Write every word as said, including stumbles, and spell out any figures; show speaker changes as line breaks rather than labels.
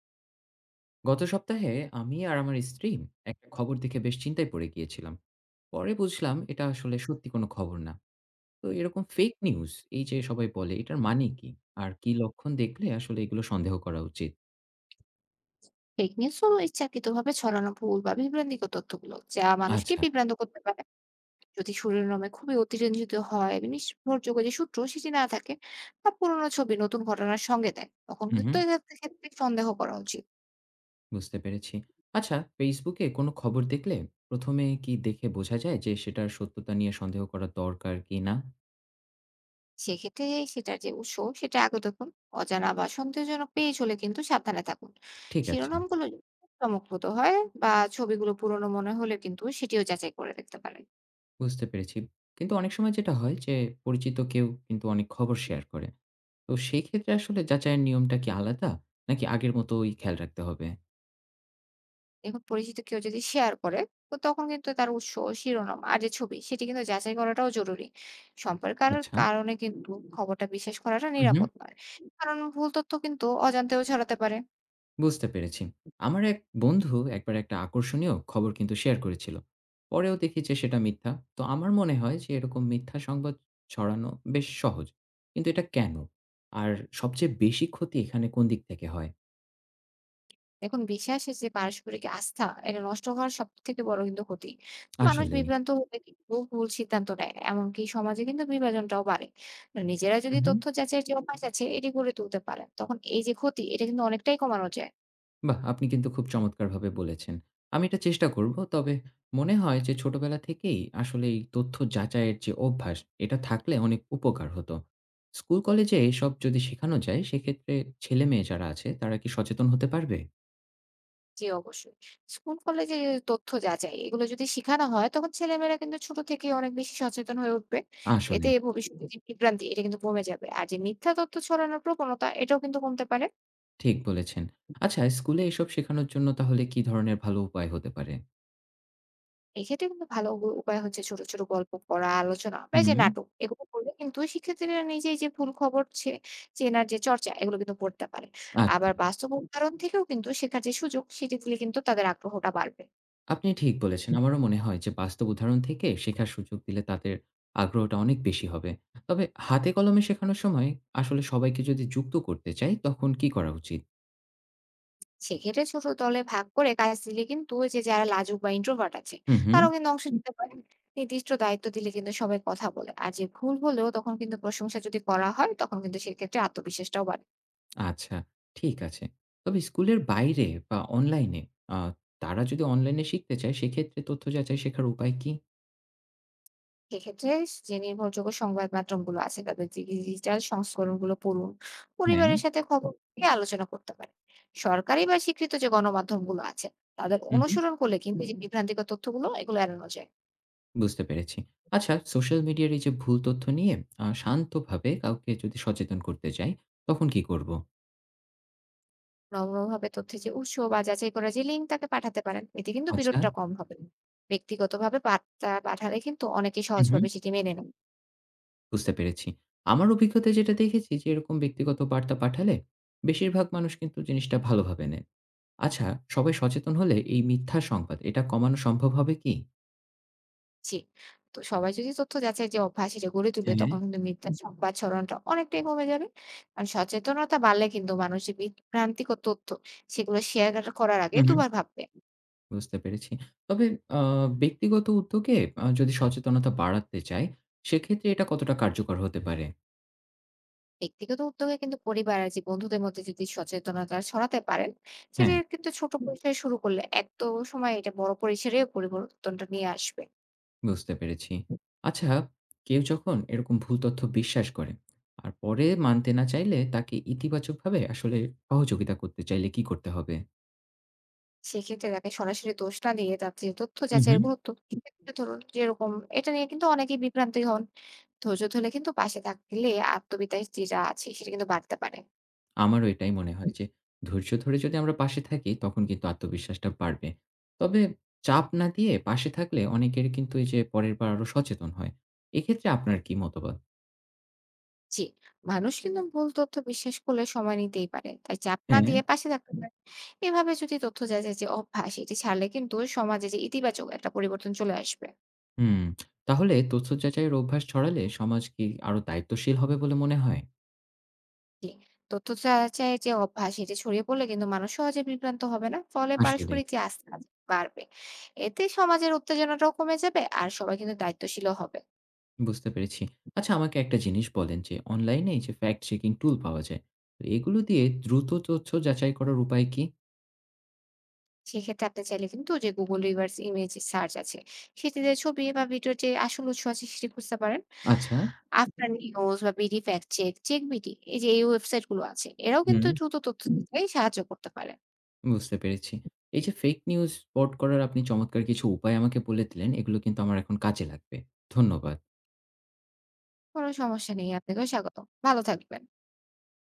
গত সপ্তাহে আমি আর আমার স্ত্রী একটা খবর দেখে বেশ চিন্তায় পড়ে গিয়েছিলাম। পরে বুঝলাম এটা আসলে সত্যি কোনো খবর না। তো এরকম ফেক নিউজ এই যে সবাই বলে এটার মানে কি? আর কি লক্ষণ দেখলে আসলে এগুলো সন্দেহ করা উচিত?
ফেক নিউজ হলো ইচ্ছাকৃতভাবে ছড়ানো ভুল বা বিভ্রান্তিকর তথ্যগুলো, যা মানুষকে
আচ্ছা।
বিভ্রান্ত করতে পারে। যদি শিরোনামে খুবই অতিরঞ্জিত হয়, নির্ভরযোগ্য যে সূত্র সেটি না থাকে বা পুরোনো ছবি নতুন ঘটনার সঙ্গে দেয়, তখন
হুম
কিন্তু
হুম,
এক্ষেত্রে ক্ষেত্রে সন্দেহ করা উচিত।
বুঝতে পেরেছি। আচ্ছা, ফেসবুকে কোনো খবর দেখলে প্রথমে কি দেখে বোঝা যায় যে সেটার সত্যতা নিয়ে সন্দেহ করা দরকার কি না?
সেক্ষেত্রে সেটার যে উৎস সেটা আগে দেখুন। অজানা বা সন্দেহজনক পেজ হলে কিন্তু সাবধানে থাকুন।
ঠিক আছে।
শিরোনামগুলো যদি চমকপ্রদ হয় বা ছবিগুলো পুরনো মনে হলে কিন্তু সেটিও যাচাই করে দেখতে পারেন।
বুঝতে পেরেছি, কিন্তু অনেক সময় যেটা হয় যে পরিচিত কেউ কিন্তু অনেক খবর শেয়ার করে। তো সেই ক্ষেত্রে আসলে যাচাইয়ের নিয়মটা কি আলাদা? নাকি আগের মতোই খেয়াল রাখতে হবে?
দেখুন, পরিচিত কেউ যদি শেয়ার করে তো তখন কিন্তু তার উৎস, শিরোনাম আর যে ছবি সেটি কিন্তু যাচাই করাটাও জরুরি। সম্পর্কের
আচ্ছা।
কারণে কিন্তু খবরটা বিশ্বাস করাটা
হুম, হুম।
নিরাপদ নয়, কারণ ভুল তথ্য কিন্তু অজান্তেও ছড়াতে পারে।
বুঝতে পেরেছি। আমার এক বন্ধু একবার একটা আকর্ষণীয় খবর কিন্তু শেয়ার করেছিল। পরেও দেখি যে সেটা মিথ্যা। তো আমার মনে হয় যে এরকম মিথ্যা সংবাদ ছড়ানো বেশ সহজ। কিন্তু এটা কেন? আর সবচেয়ে বেশি ক্ষতি এখানে কোন দিক থেকে হয়?
দেখুন, বিশ্বাসের যে পারস্পরিক আস্থা এটা নষ্ট হওয়ার সব থেকে বড় কিন্তু ক্ষতি। মানুষ
আসলেই।
বিভ্রান্ত হলে কিন্তু ভুল সিদ্ধান্ত নেয়, এমনকি সমাজে কিন্তু বিভাজনটাও বাড়ে। নিজেরা যদি
হুম, হুম।
তথ্য যাচাইয়ের যে অভ্যাস আছে এটি গড়ে তুলতে পারে, তখন এই যে ক্ষতি এটা কিন্তু অনেকটাই কমানো যায়।
বাহ! আপনি কিন্তু খুব চমৎকারভাবে বলেছেন। আমি এটা চেষ্টা করব। তবে মনে হয় যে ছোটবেলা থেকেই আসলে এই তথ্য যাচাইয়ের যে অভ্যাস, এটা থাকলে অনেক উপকার হতো। স্কুল কলেজে এসব যদি শেখানো যায় সেক্ষেত্রে ছেলেমেয়ে যারা আছে তারা কি সচেতন হতে পারবে?
জি, অবশ্যই। স্কুল কলেজে এই তথ্য যাচাই এগুলো যদি শিখানো হয়, তখন ছেলেমেয়েরা কিন্তু ছোট থেকেই অনেক বেশি সচেতন হয়ে উঠবে।
আসলে
এতে ভবিষ্যতে হুম। যে বিভ্রান্তি এটা কিন্তু কমে যাবে। আর যে মিথ্যা তথ্য ছড়ানোর প্রবণতা এটাও কিন্তু কমতে পারে।
ঠিক বলেছেন। আচ্ছা, স্কুলে এসব শেখানোর জন্য তাহলে কি ধরনের ভালো উপায় হতে পারে?
এক্ষেত্রে কিন্তু ভালো উ উপায় হচ্ছে ছোট, ছোট গল্প পড়া, আলোচনা বা এই যে
হুম,
নাটক এগুলো করলে কিন্তু শিক্ষার্থীরা নিজেই যে ভুল খবর ছে চেনার যে চর্চা এগুলো কিন্তু করতে পারে।
আচ্ছা।
আবার বাস্তব হুম। উদাহরণ থেকেও কিন্তু শেখার যে সুযোগ সেটি দিলে কিন্তু তাদের আগ্রহটা বাড়বে।
আপনি ঠিক বলেছেন। আমারও মনে হয় যে বাস্তব উদাহরণ থেকে শেখার সুযোগ দিলে তাদের আগ্রহটা অনেক বেশি হবে। তবে হাতে কলমে শেখানোর সময় আসলে সবাইকে যদি যুক্ত করতে চাই তখন কি করা উচিত?
সেক্ষেত্রে ছোট দলে ভাগ করে কাজ দিলে কিন্তু ওই যে যারা লাজুক বা ইন্ট্রোভার্ট আছে
হুম, হুম।
তারাও কিন্তু অংশ নিতে পারে। নির্দিষ্ট দায়িত্ব দিলে কিন্তু সবাই কথা বলে, আর যে ভুল হলেও তখন কিন্তু প্রশংসা যদি করা হয়, তখন কিন্তু সেক্ষেত্রে আত্মবিশ্বাসটাও বাড়ে।
আচ্ছা, ঠিক আছে। তবে স্কুলের বাইরে বা অনলাইনে আ তারা যদি অনলাইনে শিখতে চায় সেক্ষেত্রে তথ্য যাচাই শেখার উপায় কি?
সেক্ষেত্রে যে নির্ভরযোগ্য সংবাদ মাধ্যম গুলো আছে তাদের ডিজিটাল সংস্করণ গুলো পড়ুন।
হ্যাঁ,
পরিবারের সাথে খবর নিয়ে আলোচনা করতে পারে। সরকারি বা স্বীকৃত যে গণমাধ্যম গুলো আছে তাদের
হুম, হুম।
অনুসরণ করলে কিন্তু এই যে বিভ্রান্তিকর তথ্যগুলো এগুলো এড়ানো যায়।
বুঝতে পেরেছি। আচ্ছা, সোশ্যাল মিডিয়ার এই যে ভুল তথ্য নিয়ে আ শান্তভাবে কাউকে যদি সচেতন করতে চাই তখন কি করব?
নম্রভাবে তথ্যের যে উৎস বা যাচাই করা যে লিঙ্ক তাকে পাঠাতে পারেন, এতে কিন্তু
আচ্ছা।
বিরোধটা কম হবে। ব্যক্তিগতভাবে বার্তা পাঠালে কিন্তু অনেকে
হুম, হুম।
সহজভাবে সেটি মেনে নেন।
বুঝতে পেরেছি। আমার অভিজ্ঞতায় যেটা দেখেছি যে এরকম ব্যক্তিগত বার্তা পাঠালে বেশিরভাগ মানুষ কিন্তু জিনিসটা ভালোভাবে নেয়। আচ্ছা, সবাই সচেতন হলে এই মিথ্যা সংবাদ এটা কমানো সম্ভব হবে কি?
জি, তো সবাই যদি তথ্য যাচাই যে অভ্যাস সেটা গড়ে তুলে,
হ্যাঁ,
তখন কিন্তু মিথ্যা সংবাদ ছড়ানোটা অনেকটাই কমে যাবে। আর সচেতনতা বাড়লে কিন্তু মানুষের বিভ্রান্তিকর তথ্য, সেগুলো শেয়ার করার আগে
হু, হু।
দুবার ভাববে।
বুঝতে পেরেছি। তবে আ ব্যক্তিগত উদ্যোগে আ যদি সচেতনতা বাড়াতে চাই, সেক্ষেত্রে এটা কতটা কার্যকর হতে পারে?
ব্যক্তিগত উদ্যোগে কিন্তু পরিবার আর যে বন্ধুদের মধ্যে যদি সচেতনতা ছড়াতে পারেন, সেটা
হ্যাঁ।
কিন্তু ছোট পরিসরে শুরু করলে এক তো সময় এটা বড় পরিসরে পরিবর্তনটা নিয়ে আসবে।
বুঝতে পেরেছি। আচ্ছা, কেউ যখন এরকম ভুল তথ্য বিশ্বাস করে আর পরে মানতে না চাইলে তাকে ইতিবাচকভাবে আসলে সহযোগিতা করতে চাইলে কি করতে হবে?
সেক্ষেত্রে তাকে সরাসরি দোষ না দিয়ে তার যে তথ্য
হু, হু।
যাচাইয়ের গুরুত্ব সেটা তুলে ধরুন, যেরকম এটা নিয়ে কিন্তু অনেকেই বিভ্রান্তি হন। ধৈর্য ধরে কিন্তু পাশে থাকলে আত্মবিশ্বাস যেটা আছে সেটা কিন্তু বাড়তে পারে।
আমারও এটাই মনে হয় যে ধৈর্য ধরে যদি আমরা পাশে থাকি তখন কিন্তু আত্মবিশ্বাসটা বাড়বে। তবে চাপ না দিয়ে পাশে থাকলে অনেকের কিন্তু এই যে পরের বার আরো সচেতন হয়। এক্ষেত্রে আপনার কি মতবাদ?
জি, মানুষ কিন্তু ভুল তথ্য বিশ্বাস করলে সময় নিতেই পারে, তাই চাপ না
হ্যাঁ,
দিয়ে পাশে থাকতে পারে। এভাবে যদি তথ্য যাচাই যে অভ্যাস এটি ছাড়লে কিন্তু সমাজে যে ইতিবাচক একটা পরিবর্তন চলে আসবে।
হুম। তাহলে তথ্য যাচাইয়ের অভ্যাস ছড়ালে সমাজ কি আরো দায়িত্বশীল হবে বলে মনে হয়?
জি। তথ্য যাচাইয়ের যে অভ্যাস এটা ছড়িয়ে পড়লে কিন্তু মানুষ সহজে বিভ্রান্ত হবে না, ফলে
আসলেই,
পারস্পরিক যে আস্থা আছে, বাড়বে। এতে সমাজের উত্তেজনাটাও কমে যাবে, আর সবাই কিন্তু দায়িত্বশীলও হবে।
বুঝতে পেরেছি। আচ্ছা, আমাকে একটা জিনিস বলেন যে অনলাইনে এই যে ফ্যাক্ট চেকিং টুল পাওয়া যায়। তো এগুলো দিয়ে দ্রুত তথ্য যাচাই করার উপায় কি?
সেক্ষেত্রে আপনি চাইলে কিন্তু যে গুগল রিভার্স ইমেজ সার্চ আছে সেটিতে ছবি বা ভিডিওর যে আসল উৎস আছে সেটি খুঁজতে পারেন।
আচ্ছা,
আফটার নিউজ বা BD fact check check BD এই যে এই ওয়েবসাইট গুলো আছে এরাও
হুম।
কিন্তু দ্রুত তথ্য দিতে সাহায্য করতে পারে।
বুঝতে পেরেছি। এই যে ফেক নিউজ স্পট করার আপনি চমৎকার কিছু উপায় আমাকে বলে দিলেন, এগুলো কিন্তু আমার এখন কাজে লাগবে। ধন্যবাদ।
কোনো সমস্যা নেই, আপনাকেও স্বাগত। ভালো থাকবেন।